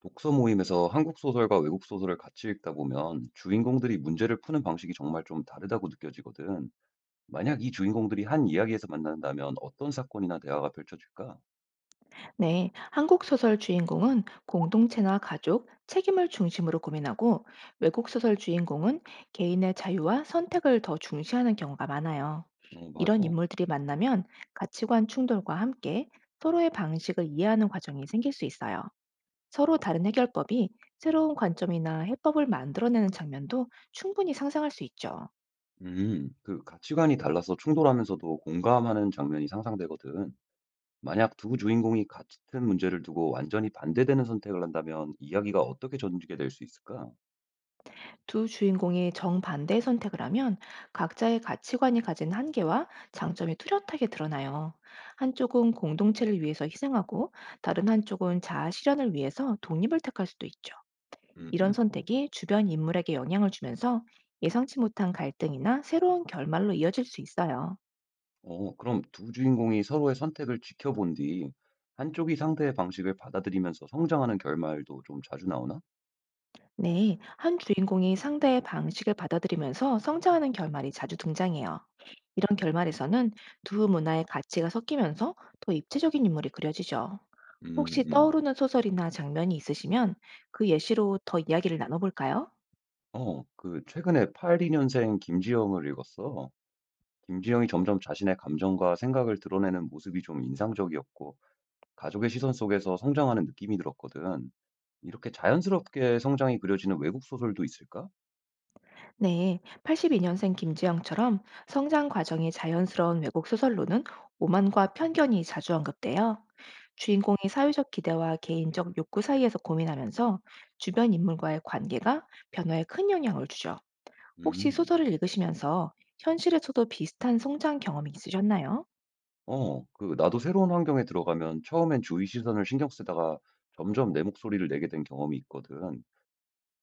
독서 모임에서 한국 소설과 외국 소설을 같이 읽다 보면 주인공들이 문제를 푸는 방식이 정말 좀 다르다고 느껴지거든. 만약 이 주인공들이 한 이야기에서 만난다면 어떤 사건이나 대화가 펼쳐질까? 네, 한국 소설 주인공은 공동체나 가족, 책임을 중심으로 고민하고 외국 소설 주인공은 개인의 자유와 선택을 더 중시하는 경우가 많아요. 어, 맞아. 이런 인물들이 만나면 가치관 충돌과 함께 서로의 방식을 이해하는 과정이 생길 수 있어요. 서로 다른 해결법이 새로운 관점이나 해법을 만들어내는 장면도 충분히 상상할 수 있죠. 그 가치관이 달라서 충돌하면서도 공감하는 장면이 상상되거든. 만약 두 주인공이 같은 문제를 두고 완전히 반대되는 선택을 한다면 이야기가 어떻게 전개될 수 있을까? 두 주인공이 정반대의 선택을 하면 각자의 가치관이 가진 한계와 장점이 뚜렷하게 드러나요. 한쪽은 공동체를 위해서 희생하고 다른 한쪽은 자아 실현을 위해서 독립을 택할 수도 있죠. 음, 이런 음. 선택이 주변 인물에게 영향을 주면서 예상치 못한 갈등이나 새로운 결말로 이어질 수 있어요. 어, 그럼 두 주인공이 서로의 선택을 지켜본 뒤 한쪽이 상대의 방식을 받아들이면서 성장하는 결말도 좀 자주 나오나? 네, 한 주인공이 상대의 방식을 받아들이면서 성장하는 결말이 자주 등장해요. 이런 결말에서는 두 문화의 가치가 섞이면서 더 입체적인 인물이 그려지죠. 음, 혹시 음. 떠오르는 소설이나 장면이 있으시면 그 예시로 더 이야기를 나눠볼까요? 그 최근에 82년생 김지영을 읽었어. 김지영이 점점 자신의 감정과 생각을 드러내는 모습이 좀 인상적이었고 가족의 시선 속에서 성장하는 느낌이 들었거든. 이렇게 자연스럽게 성장이 그려지는 외국 소설도 있을까? 네, 82년생 김지영처럼 성장 과정이 자연스러운 외국 소설로는 오만과 편견이 자주 언급돼요. 주인공이 사회적 기대와 개인적 욕구 사이에서 고민하면서 주변 인물과의 관계가 변화에 큰 영향을 주죠. 혹시 음. 소설을 읽으시면서 현실에서도 비슷한 성장 경험이 있으셨나요? 그 나도 새로운 환경에 들어가면 처음엔 주위 시선을 신경 쓰다가 점점 내 목소리를 내게 된 경험이 있거든.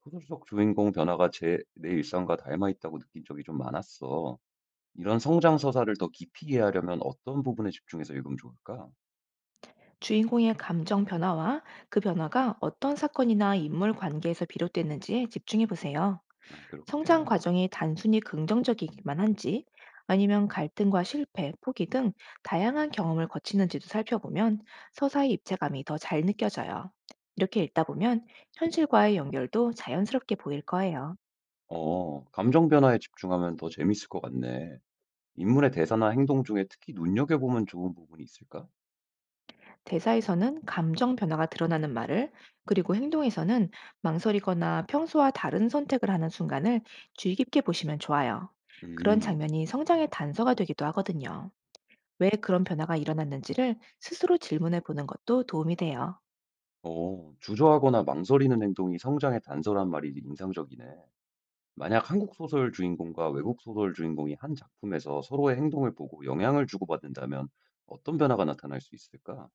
소설 속 주인공 변화가 제 내 일상과 닮아 있다고 느낀 적이 좀 많았어. 이런 성장 서사를 더 깊이 이해하려면 어떤 부분에 집중해서 읽으면 좋을까? 주인공의 감정 변화와 그 변화가 어떤 사건이나 인물 관계에서 비롯됐는지에 집중해 보세요. 아 성장 그렇게. 과정이 단순히 긍정적이기만 한지, 아니면 갈등과 실패, 포기 등 다양한 경험을 거치는지도 살펴보면 서사의 입체감이 더 잘 느껴져요. 이렇게 읽다 보면 현실과의 연결도 자연스럽게 보일 거예요. 어. 감정 변화에 집중하면 더 재밌을 것 같네. 인물의 대사나 행동 중에 특히 눈여겨보면 좋은 부분이 있을까? 대사에서는 감정 변화가 드러나는 말을, 그리고 행동에서는 망설이거나 평소와 다른 선택을 하는 순간을 주의 깊게 보시면 좋아요. 그런 음. 장면이 성장의 단서가 되기도 하거든요. 왜 그런 변화가 일어났는지를 스스로 질문해 보는 것도 도움이 돼요. 어. 주저하거나 망설이는 행동이 성장의 단서란 말이 인상적이네. 만약 한국 소설 주인공과 외국 소설 주인공이 한 작품에서 서로의 행동을 보고 영향을 주고받는다면 어떤 변화가 나타날 수 있을까?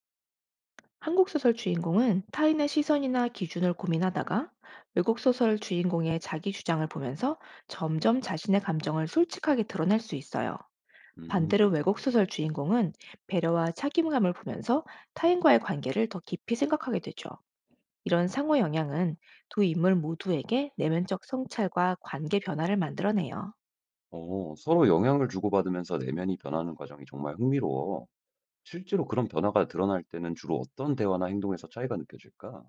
한국 소설 주인공은 타인의 시선이나 기준을 고민하다가 외국 소설 주인공의 자기 주장을 보면서 점점 자신의 감정을 솔직하게 드러낼 수 있어요. 반대로 외국 그렇게. 소설 주인공은 배려와 책임감을 보면서 타인과의 관계를 더 깊이 생각하게 되죠. 이런 상호 영향은 두 인물 모두에게 내면적 성찰과 관계 변화를 만들어내요. 어, 서로 영향을 주고받으면서 내면이 변하는 과정이 정말 흥미로워. 실제로 그런 변화가 드러날 때는 주로 어떤 대화나 행동에서 차이가 느껴질까?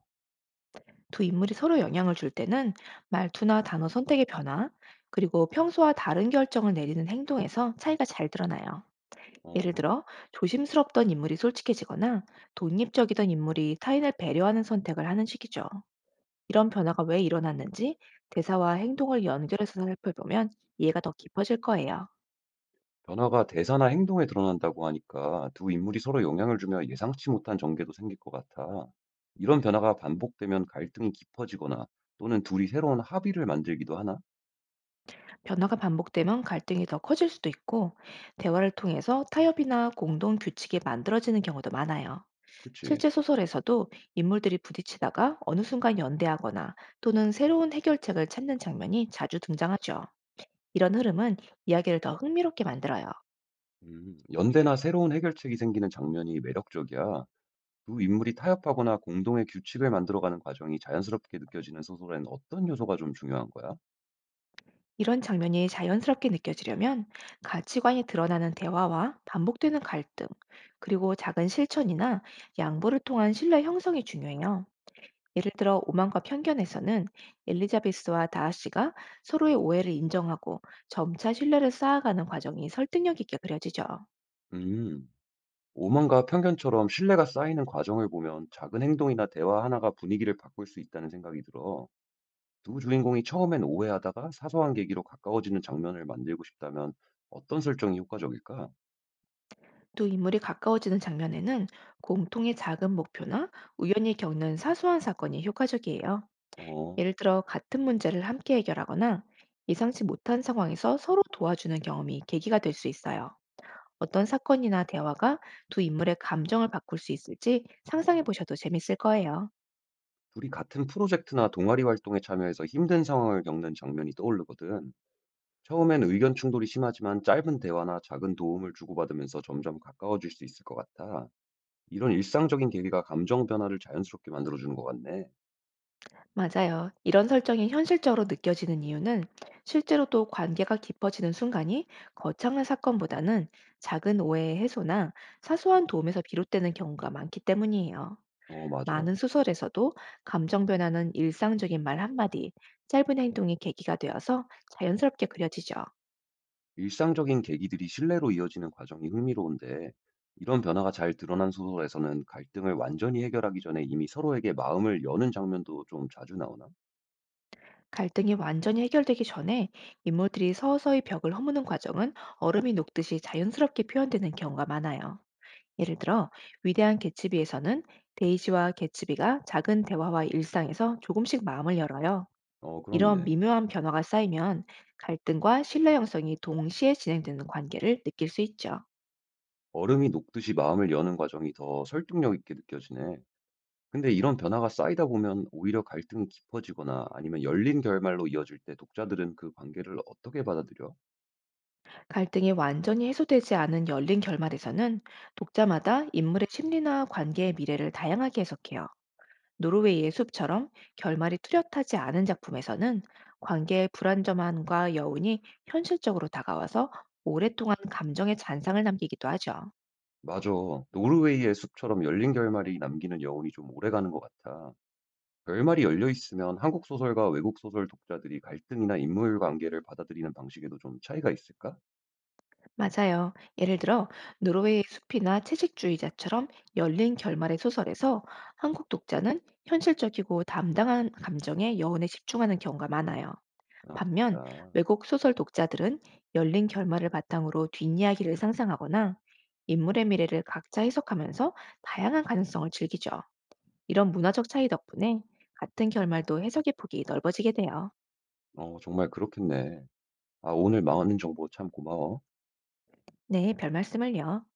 두 인물이 서로 영향을 줄 때는 말투나 단어 선택의 변화, 그리고 평소와 다른 결정을 내리는 행동에서 차이가 잘 드러나요. 어, 예를 들어, 조심스럽던 인물이 솔직해지거나 독립적이던 인물이 타인을 배려하는 선택을 하는 식이죠. 이런 변화가 왜 일어났는지 대사와 행동을 연결해서 살펴보면 이해가 더 깊어질 거예요. 변화가 대사나 행동에 드러난다고 하니까 두 인물이 서로 영향을 주며 예상치 못한 전개도 생길 것 같아. 이런 변화가 반복되면 갈등이 깊어지거나 또는 둘이 새로운 합의를 만들기도 하나? 변화가 반복되면 갈등이 더 커질 수도 있고, 대화를 통해서 타협이나 공동 규칙이 만들어지는 경우도 많아요. 그치. 실제 소설에서도 인물들이 부딪히다가 어느 순간 연대하거나 또는 새로운 해결책을 찾는 장면이 자주 등장하죠. 이런 흐름은 이야기를 더 흥미롭게 만들어요. 음. 연대나 새로운 해결책이 생기는 장면이 매력적이야. 두 인물이 타협하거나 공동의 규칙을 만들어가는 과정이 자연스럽게 느껴지는 소설에는 어떤 요소가 좀 중요한 거야? 이런 장면이 자연스럽게 느껴지려면 가치관이 드러나는 대화와 반복되는 갈등, 그리고 작은 실천이나 양보를 통한 신뢰 형성이 중요해요. 예를 들어, 오만과 편견에서는 엘리자베스와 다하씨가 서로의 오해를 인정하고 점차 신뢰를 쌓아가는 과정이 설득력 있게 그려지죠. 음. 오만과 편견처럼 신뢰가 쌓이는 과정을 보면 작은 행동이나 대화 하나가 분위기를 바꿀 수 있다는 생각이 들어. 두 주인공이 처음엔 오해하다가 사소한 계기로 가까워지는 장면을 만들고 싶다면 어떤 설정이 효과적일까? 두 인물이 가까워지는 장면에는 공통의 작은 목표나 우연히 겪는 사소한 사건이 효과적이에요. 어, 예를 들어, 같은 문제를 함께 해결하거나 예상치 못한 상황에서 서로 도와주는 경험이 계기가 될 수 있어요. 어떤 사건이나 대화가 두 인물의 감정을 바꿀 수 있을지 상상해 보셔도 재밌을 거예요. 둘이 같은 프로젝트나 동아리 활동에 참여해서 힘든 상황을 겪는 장면이 떠오르거든. 처음엔 의견 충돌이 심하지만 짧은 대화나 작은 도움을 주고받으면서 점점 가까워질 수 있을 것 같아. 이런 일상적인 계기가 감정 변화를 자연스럽게 만들어주는 것 같네. 맞아요. 이런 설정이 현실적으로 느껴지는 이유는 실제로도 관계가 깊어지는 순간이 거창한 사건보다는 작은 오해의 해소나 사소한 도움에서 비롯되는 경우가 많기 때문이에요. 어, 맞아. 많은 소설에서도 감정 변화는 일상적인 말 한마디, 짧은 행동이 계기가 되어서 자연스럽게 그려지죠. 일상적인 계기들이 신뢰로 이어지는 과정이 흥미로운데, 이런 변화가 잘 드러난 소설에서는 갈등을 완전히 해결하기 전에 이미 서로에게 마음을 여는 장면도 좀 자주 나오나? 갈등이 완전히 해결되기 전에 인물들이 서서히 벽을 허무는 과정은 얼음이 녹듯이 자연스럽게 표현되는 경우가 많아요. 예를 들어, 위대한 개츠비에서는 데이지와 개츠비가 작은 대화와 일상에서 조금씩 마음을 열어요. 어, 이런 그렇네. 미묘한 변화가 쌓이면 갈등과 신뢰 형성이 동시에 진행되는 관계를 느낄 수 있죠. 얼음이 녹듯이 마음을 여는 과정이 더 설득력 있게 느껴지네. 근데 이런 변화가 쌓이다 보면 오히려 갈등이 깊어지거나 아니면 열린 결말로 이어질 때 독자들은 그 관계를 어떻게 받아들여? 갈등이 완전히 해소되지 않은 열린 결말에서는 독자마다 인물의 심리나 관계의 미래를 다양하게 해석해요. 노르웨이의 숲처럼 결말이 뚜렷하지 않은 작품에서는 관계의 불안정함과 여운이 현실적으로 다가와서 오랫동안 감정의 잔상을 남기기도 하죠. 맞아. 노르웨이의 숲처럼 열린 결말이 남기는 여운이 좀 오래가는 것 같아. 결말이 열려 있으면 한국 소설과 외국 소설 독자들이 갈등이나 인물 관계를 받아들이는 방식에도 좀 차이가 있을까? 맞아요. 예를 들어, 노르웨이의 숲이나 채식주의자처럼 열린 결말의 소설에서 한국 독자는 현실적이고 담당한 감정에 여운에 집중하는 경우가 많아요. 아, 반면 진짜. 외국 소설 독자들은 열린 결말을 바탕으로 뒷이야기를 상상하거나 인물의 미래를 각자 해석하면서 다양한 가능성을 즐기죠. 이런 문화적 차이 덕분에 같은 결말도 해석의 폭이 넓어지게 돼요. 어, 정말 그렇겠네. 아, 오늘 많은 정보 참 고마워. 네, 별 말씀을요.